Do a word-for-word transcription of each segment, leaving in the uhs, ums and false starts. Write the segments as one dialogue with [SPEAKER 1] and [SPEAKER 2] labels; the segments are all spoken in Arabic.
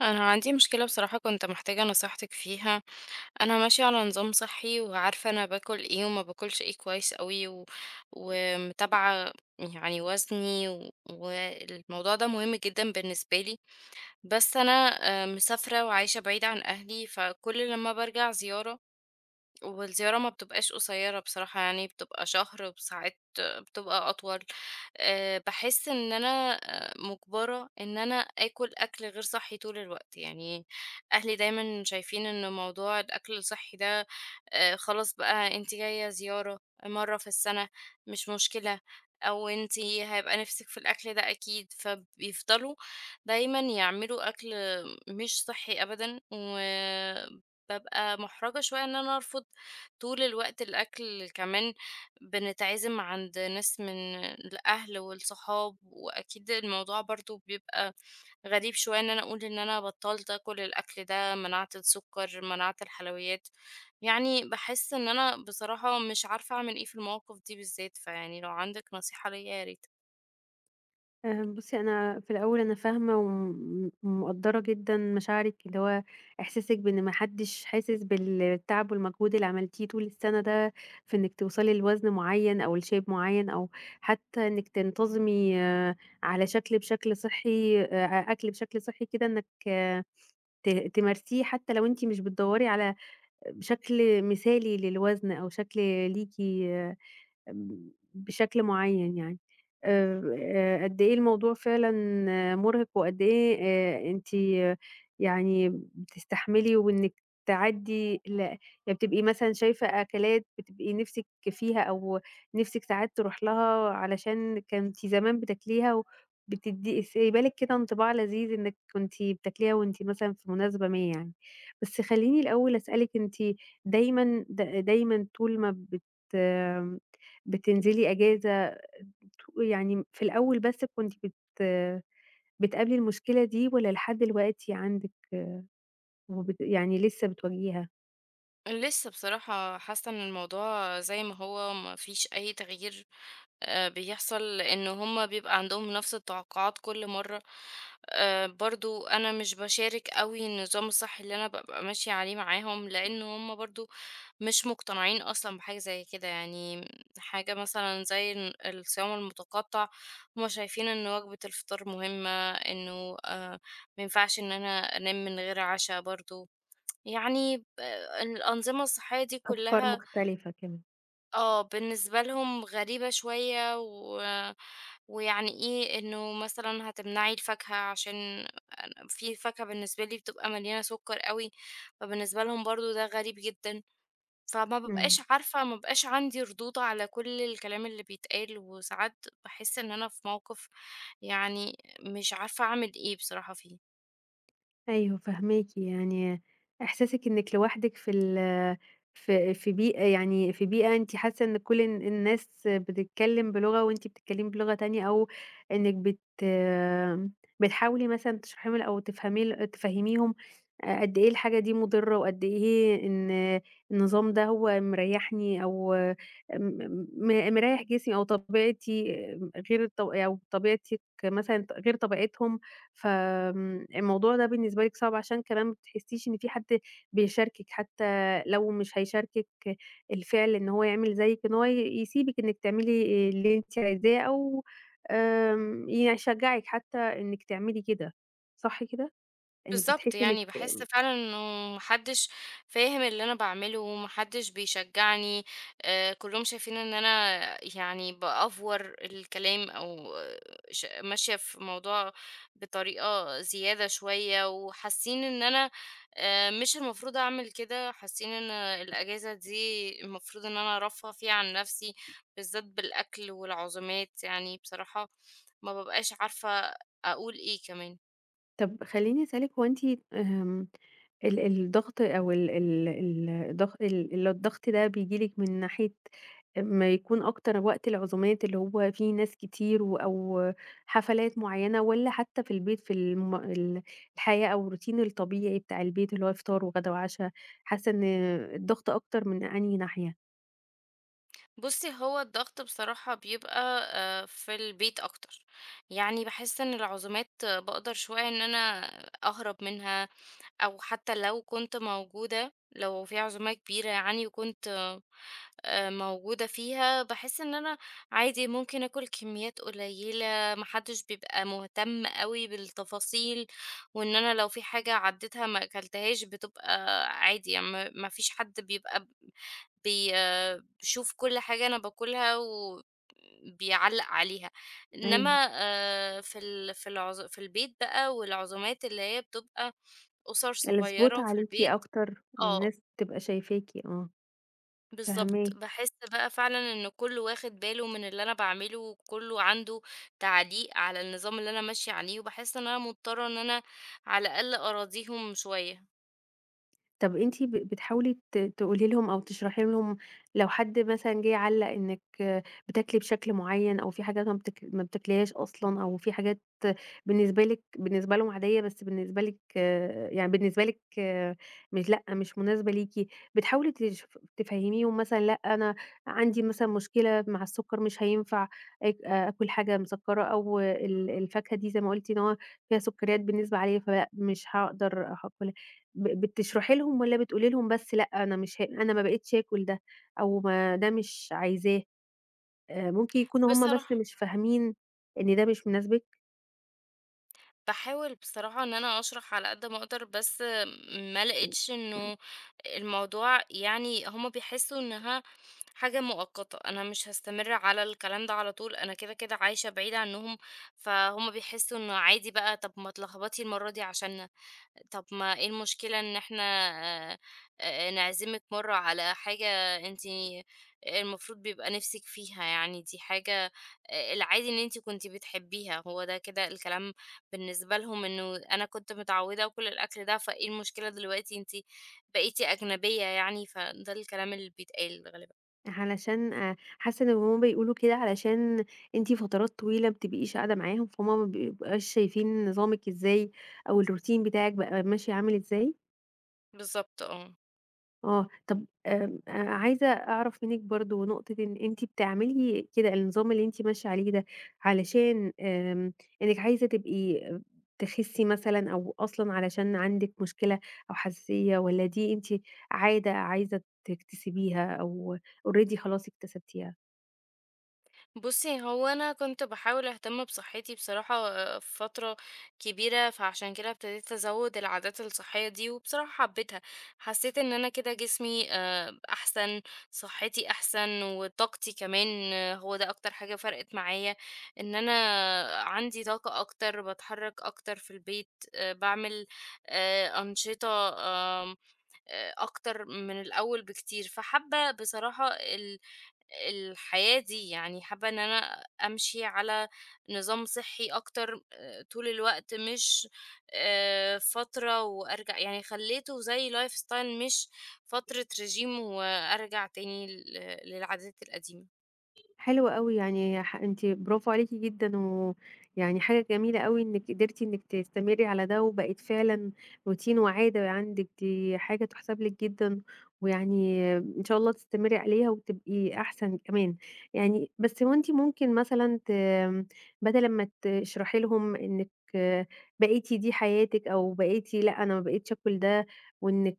[SPEAKER 1] أنا عندي مشكلة، بصراحة كنت محتاجة نصيحتك فيها. أنا ماشية على نظام صحّي وعارفة أنا باكل إيه وما باكلش إيه كويس أوي و ومتابعة يعني وزني و والموضوع ده مهم جدًا بالنسبة لي. بس أنا آآ مسافرة وعايشة بعيدة عن أهلي، فكل لمّا بارجع زيارة، والزيارة ما بتبقاش قصيرة بصراحة، يعني بتبقى شهر وساعات بتبقى أطول. آه، بحس إن أنا آه، مجبرة إن أنا آكل أكل غير صحي طول الوقت. يعني أهلي دايما شايفين إن موضوع الأكل الصحي ده، آه، خلاص بقى انتي جاية زيارة مرة في السنة، مش مشكلة، أو انتي هيبقى نفسك في الأكل ده أكيد، فبيفضلوا دايما يعملوا أكل مش صحي أبدا. وببقى محرجة شوية إن أنا أرفض طول الوقت الأكل. كمان بنتعزم عند ناس من الأهل والصحاب، وأكيد الموضوع برضو بيبقى غريب شوية إن أنا أقول إن أنا بطلت أكل الأكل ده، منعت السكر منعت الحلويات. يعني بحس إن أنا بصراحة مش عارفة أعمل إيه في المواقف دي بالذات، فيعني لو عندك نصيحة ليا يا ريت.
[SPEAKER 2] آآ بُصّي، أنا في الأول أنا فاهمة وم ومقدّرة جدًا مشاعرِك، اللي هو إحساسِك بإن ما حدّش حاسس بالتعب والمجهود اللي عملتيه طول السَنة ده في إنِّك توصلي لوزن معيّن أو لshape معيّن أو حتّى إنِّك تنتظمي آه، على شكل بشكل صحّي آآ أكل بشكل صحّي كده إنِّك آه، ت تمارسيه، حتّى لو أنتِ مش بتدوّري على شكل مثالي للوزن أو شكل ليكِ آه، ب بشكل معيّن يعني. آآ آآ قد إيه الموضوع فعلًا آه، مُرهق، وقد إيه آآ أنتِ يعني بتستحملي، وإنِّك تعدّي ل يعني بتبقي مثلًا شايفة أكلات بتبقي نِفْسِك فيها، أو نِفْسِك ساعات تروح لها علشان كنتِ زمان بتاكليها، وبتدّي سايبة لِك كده انطباع لذيذ إنِّك كنتِ بتاكليها وأنتِ مثلًا في مناسبة ما يعني. بس خلّيني الأول أسألِك، أنتِ دايمًا د دايمًا طول ما بت بتنزلي أجازة، ت يعني في الأول بس كنتِ بت بتقابلي المشكلة دي، والّا لحد دلوقتي عندِك وبت يعني لسه بتواجهيها؟
[SPEAKER 1] لسه بصراحة حاسة إن الموضوع زي ما هو، مفيش أي تغيير. آآ، بيحصل إن هُم بيبقى عندهم نفس التوقعات كل مرّة. آآ، برضه أنا مش باشارك أوي النظام الصحّي اللي أنا بابقى ماشية عليه معاهم، لإن هُم برضه مش مقتنعين أصلًا بحاجة زي كده. يعني حاجة مثلًا زي ال الصيام المتقطّع، هُم شايفين إن وجبة الفطار مهمة، إنه آآ، ما ينفعش إن أنا أنام من غير عشا برضه. يعني ب الأنظمة الصحّية دي
[SPEAKER 2] أفكار
[SPEAKER 1] كلّها
[SPEAKER 2] مختلفة كمان.
[SPEAKER 1] آه، بالنسبة لهم غريبة شوية. و ويعني إيه، إنه مثلًا هتمنعي الفاكهة، عشان أنا في فاكهة بالنسبة لي بتبقى مليانة سُكّر أوي، فبالنسبة لهم برضه ده غريب جدًا. فما
[SPEAKER 2] إمم.
[SPEAKER 1] بابقاش عارفة، ما بيبقاش عندي ردود على كل الكلام اللي بيتقال، وساعات باحس إن أنا في موقف يعني مش عارفة أعمل إيه بصراحة فيه.
[SPEAKER 2] أيوه فاهماكِ، يعني إحساسِك إنِّك لوحدِك في ال في في بيئة يعني في بيئة، أنتِ حاسة إن كل ال الناس بتتكلم بلغة وأنتِ بتتكلمي بلغة تانية، أو إنِّك بت بتحاولي مثلًا تشرحي ل أو تفهمي ل تفهميهم أ قد إيه الحاجة دي مضرة، وقد إيه إن النظام ده هو مريحني، أو م م مريح جسمي أو طبيعتي، غير الط أو طبيعتِك مثلًا غير طبيعتهم. فآمم، الموضوع ده بالنسبة لِك صعب، عشان كمان ما بتحسيش إن في حد بيشاركِك، حتى لو مش هيشاركِك الفعل إن هو يعمل زيِّك، إن هو ي يسيبِك إنِّك تعملي اللي أنتِ عايزاه، أو آمم، يشجعِك حتى إنِّك تعملي كده، صح كده؟ إنِّك
[SPEAKER 1] بالضبط،
[SPEAKER 2] بتحسي إنِّك.
[SPEAKER 1] يعني باحس فعلًا إنه ما حدش فاهم اللي أنا باعمله، ما حدش بيشجّعني. آآ كلّهم شايفين إن أنا يعني بأفور الكلام، أو آه، ش ماشية في الموضوع بطريقة زيادة شوية، وحاسين إن أنا آآ مش المفروض أعمل كده، حاسين إن الأجازة دي المفروض إن أنا أرفّه فيها عن نَفْسي، بالذات بالأكل والعزومات. يعني بصراحة ما بابقاش عارفة أقول إيه كمان.
[SPEAKER 2] طب خلّيني أسألِك، هو أنتِ آمم ال الضغط أو ال ال ال الضغ ال ال الضغط ده بييجي لِك من ناحية أمّا يكون أكتر وقت العزومات اللي هو فيه ناس كتير، و أو حفلات معيّنة، والّا حتّى في البيت في الم ال الحياة أو الروتين الطبيعي بتاع البيت، اللي هو فطار وغدا وعشا، حاسّة إن الضغط أكتر من أنهي ناحية؟
[SPEAKER 1] بُصّي، هو الضغط بصراحة بيبقى آآ في البيت أكتر. يعني باحس إن العزومات باقدر شوية إن أنا أهرب منها، أو حتى لو كنت موجودة، لو في عزومة كبيرة يعني وكنت آآ موجودة فيها، باحس إن أنا عادي ممكن آكل كميات قليلة، ما حدش بيبقى مهتم أوي بالتفاصيل، وإن أنا لو في حاجة عديتها ما أكلتهاش بتبقى عادي. يعني ما ما فيش حد بيبقى بي آه، بيشوف كل حاجة أنا باكلها وبيعلّق عليها. إنما
[SPEAKER 2] أيوه،
[SPEAKER 1] آآ في ال في العز في البيت بقى، والعزومات اللي هي بتبقى أُسَر
[SPEAKER 2] الspot
[SPEAKER 1] صغيّرة في
[SPEAKER 2] عليكِ
[SPEAKER 1] البيت،
[SPEAKER 2] أكتر
[SPEAKER 1] آه،
[SPEAKER 2] والناس تبقى شايفاكِ، آه،
[SPEAKER 1] بالضبط.
[SPEAKER 2] فاهماكِ.
[SPEAKER 1] باحس بقى فعلًا إن كُلّه واخد باله من اللي أنا باعمله، وكُلّه عنده تعليق على النظام اللي أنا ماشية عليه. وباحس إن أنا مضطرة إن أنا على الأقل أراضيهم شوية،
[SPEAKER 2] طب أنتِ ب بتحاولي ت تقولي لهم، أو تشرحي لهم لو حد مثلًا جِه علّق إنِّك بتاكلي بشكل معيّن، أو في حاجات ما بتاك ما بتاكليهاش أصلًا، أو في حاجات بالنسبة لِك، بالنسبة لهم عادية، بس بالنسبة لِك آه، يعني بالنسبة لِك آه، مش، لأ، مش مناسبة ليكِ، بتحاولي تش تفهّميهم مثلًا لأ، أنا عندي مثلًا مشكلة مع السُكّر، مش هينفع آك آكُل حاجة مسكّرة، أو ال الفاكهة دي زي ما قُلتِ إن هو فيها سُكّريات بالنسبة عليّا، فلأ مش هاقدر هاكُلها، ب بتشرحي لهم، والّا بتقولي لهم بس لأ أنا مش ه أنا ما بقيتش آكل ده، أو ما ده مش عايزاه، آآ ممكن يكونوا هم بس
[SPEAKER 1] بصراحة.
[SPEAKER 2] مش فاهمين إن ده مش مناسبِك؟
[SPEAKER 1] باحاول بصراحة إن أنا أشرح على قد ما أقدر، بس ما لقيتش إنه الموضوع، يعني هُم بيحسّوا إنها حاجة مؤقتة، أنا مش هاستمر على الكلام ده على طول، أنا كده، كده عايشة بعيدة عنّهم، فهُم بيحسّوا إنه عادي بقى. طَب ما اتلخبطي المرّة دي عشاننا، طَب ما إيه المشكلة إن إحنا آآ آآ نعزمِك مرّة على حاجة أنتِ المفروض بيبقى نِفْسِك فيها يعني، دي حاجة آآ العادي إن أنتِ كنتِ بتحبيها. هو ده كده الكلام بالنسبة لهم، إنه أنا كنت متعودة وكل الأكل ده، فإيه المشكلة دلوقتي أنتِ بقيتِ أجنبية يعني، فده الكلام اللي بيتقال غالبًا.
[SPEAKER 2] علشان آآ حاسة إن هُم بيقولوا كده علشان أنتِ فترات طويلة ما بتبقيش قاعدة معاهم، فهُم ما بيبقاش شايفين نظامِك إزاي، أو الroutine بتاعِك بقى ماشي عامل إزاي؟
[SPEAKER 1] بالضبط، آه.
[SPEAKER 2] آه، طب آمم، آآ، عايزة أعرف منِّك برضه نقطة إن أنتِ بتعملي كده. النظام اللي أنتِ ماشية عليه ده علشان آمم، إنِّك عايزة تبقي آه، تخسّي مثلًا، أو أصلًا علشان عندِك مشكلة أو حساسية، والّا دي أنتِ عادة عايزة تكتسبيها، أو already خلاص اكتسبتيها؟
[SPEAKER 1] بُصّي، هو أنا كنت باحاول أهتم بصحّتي بصراحة آآ فترة كبيرة، فعشان كده ابتديت أزوّد العادات الصحّية دي وبصراحة حبيتها. حسّيت إن أنا كده جسمي آآ أحسن، صحّتي أحسن وطاقتي كمان آه، هو ده أكتر حاجة فرقت معايا، إن أنا عندي طاقة أكتر، باتحرّك أكتر في البيت، آآ باعمل آآ أنشطة، آمم، آآ أكتر من الأول بكتير. فحابة بصراحة ال الحياة دي، يعني حابة إن أنا أمشي على نظام صحي أكتر آه، طول الوقت، مش آه، فترة وأرجع، يعني خليته زي لايف ستايل، مش فترة رجيم وأرجع تاني لل- للعادات القديمة.
[SPEAKER 2] حلو أوي، يعني ح أنتِ برافو عليكِ جدًا، ويعني حاجة جميلة أوي إنِّك قدرتِ إنِّك تستمري على ده، وبقت فعلًا روتين وعادة عندِك، دي حاجة تُحسب لِك جدًا، ويعني إن شاء الله تستمري عليها وتبقي أحسن كمان، يعني بس هو أنتِ ممكن مثلًا ت بدل أمّا تشرحي لهم إنِّك بقيتِ دي حياتِك، أو بقيتِ لأ أنا ما بقيتش آكل ده، وإنِّك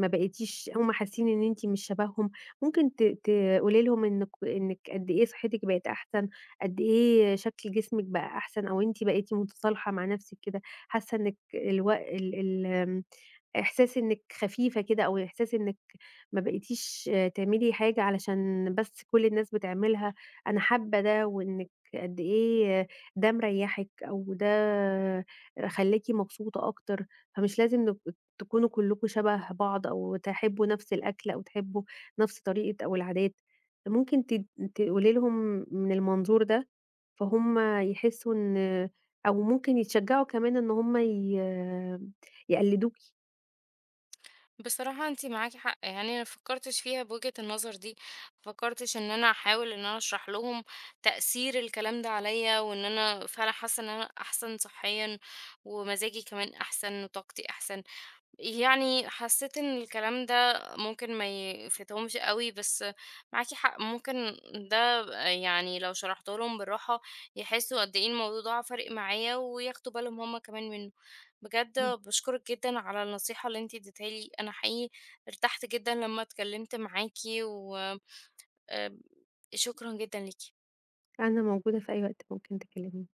[SPEAKER 2] ما بقيتيش هُم حاسين إن أنتِ مش شبههم، ممكن ت ت قولي لهم إنِّك إنِّك قد إيه صحتِك بقت أحسن، قد إيه شكل جسمِك بقى أحسن، أو أنتِ بقيتِ متصالحة مع نفسِك كده، حاسة إنِّك الو ال ال آمم، إحساس إنِّك خفيفة كده، أو إحساس إنِّك ما بقيتيش آه، تعملي حاجة علشان بس كل الناس بتعملها، أنا حابة ده، وإنِّك قد إيه آه، ده مريحِك، أو ده خلّاكِ مبسوطة أكتر، فمش لازم نب تكونوا كلكم شبه بعض، أو تحبوا نفس الأكل، أو تحبوا نفس طريقة أو العادات. ممكن تد تقولي لهم من المنظور ده، فهُم يحسّوا إن، أو ممكن يتشجّعوا كمان إن هُم ي يقلّدوكِ.
[SPEAKER 1] بصراحة انتي معاكي حق، يعني انا مفكرتش فيها بوجهة النظر دي، مفكرتش ان انا احاول ان انا اشرح لهم تأثير الكلام ده عليا، وان انا فعلا حاسة ان انا احسن صحيا، ومزاجي كمان احسن وطاقتي احسن. يعني حسيت إن الكلام ده ممكن ما يفيدهمش أوي، بس معاكِ حق، ممكن ده يعني لو شرحته لهم بالراحة يحسوا قد إيه الموضوع ده فارق معايا، وياخدوا بالهم هُم كمان منه. بجد
[SPEAKER 2] إمم،
[SPEAKER 1] باشكرِك جدًا على النصيحة اللي أنتِ اديتيها لي، أنا حقيقي ارتحت جدًا لمّا اتكلمت معاكِ، و آآ، شكرًا جدًا ليكِ.
[SPEAKER 2] أنا موجودة في أي وقت ممكن تكلميني.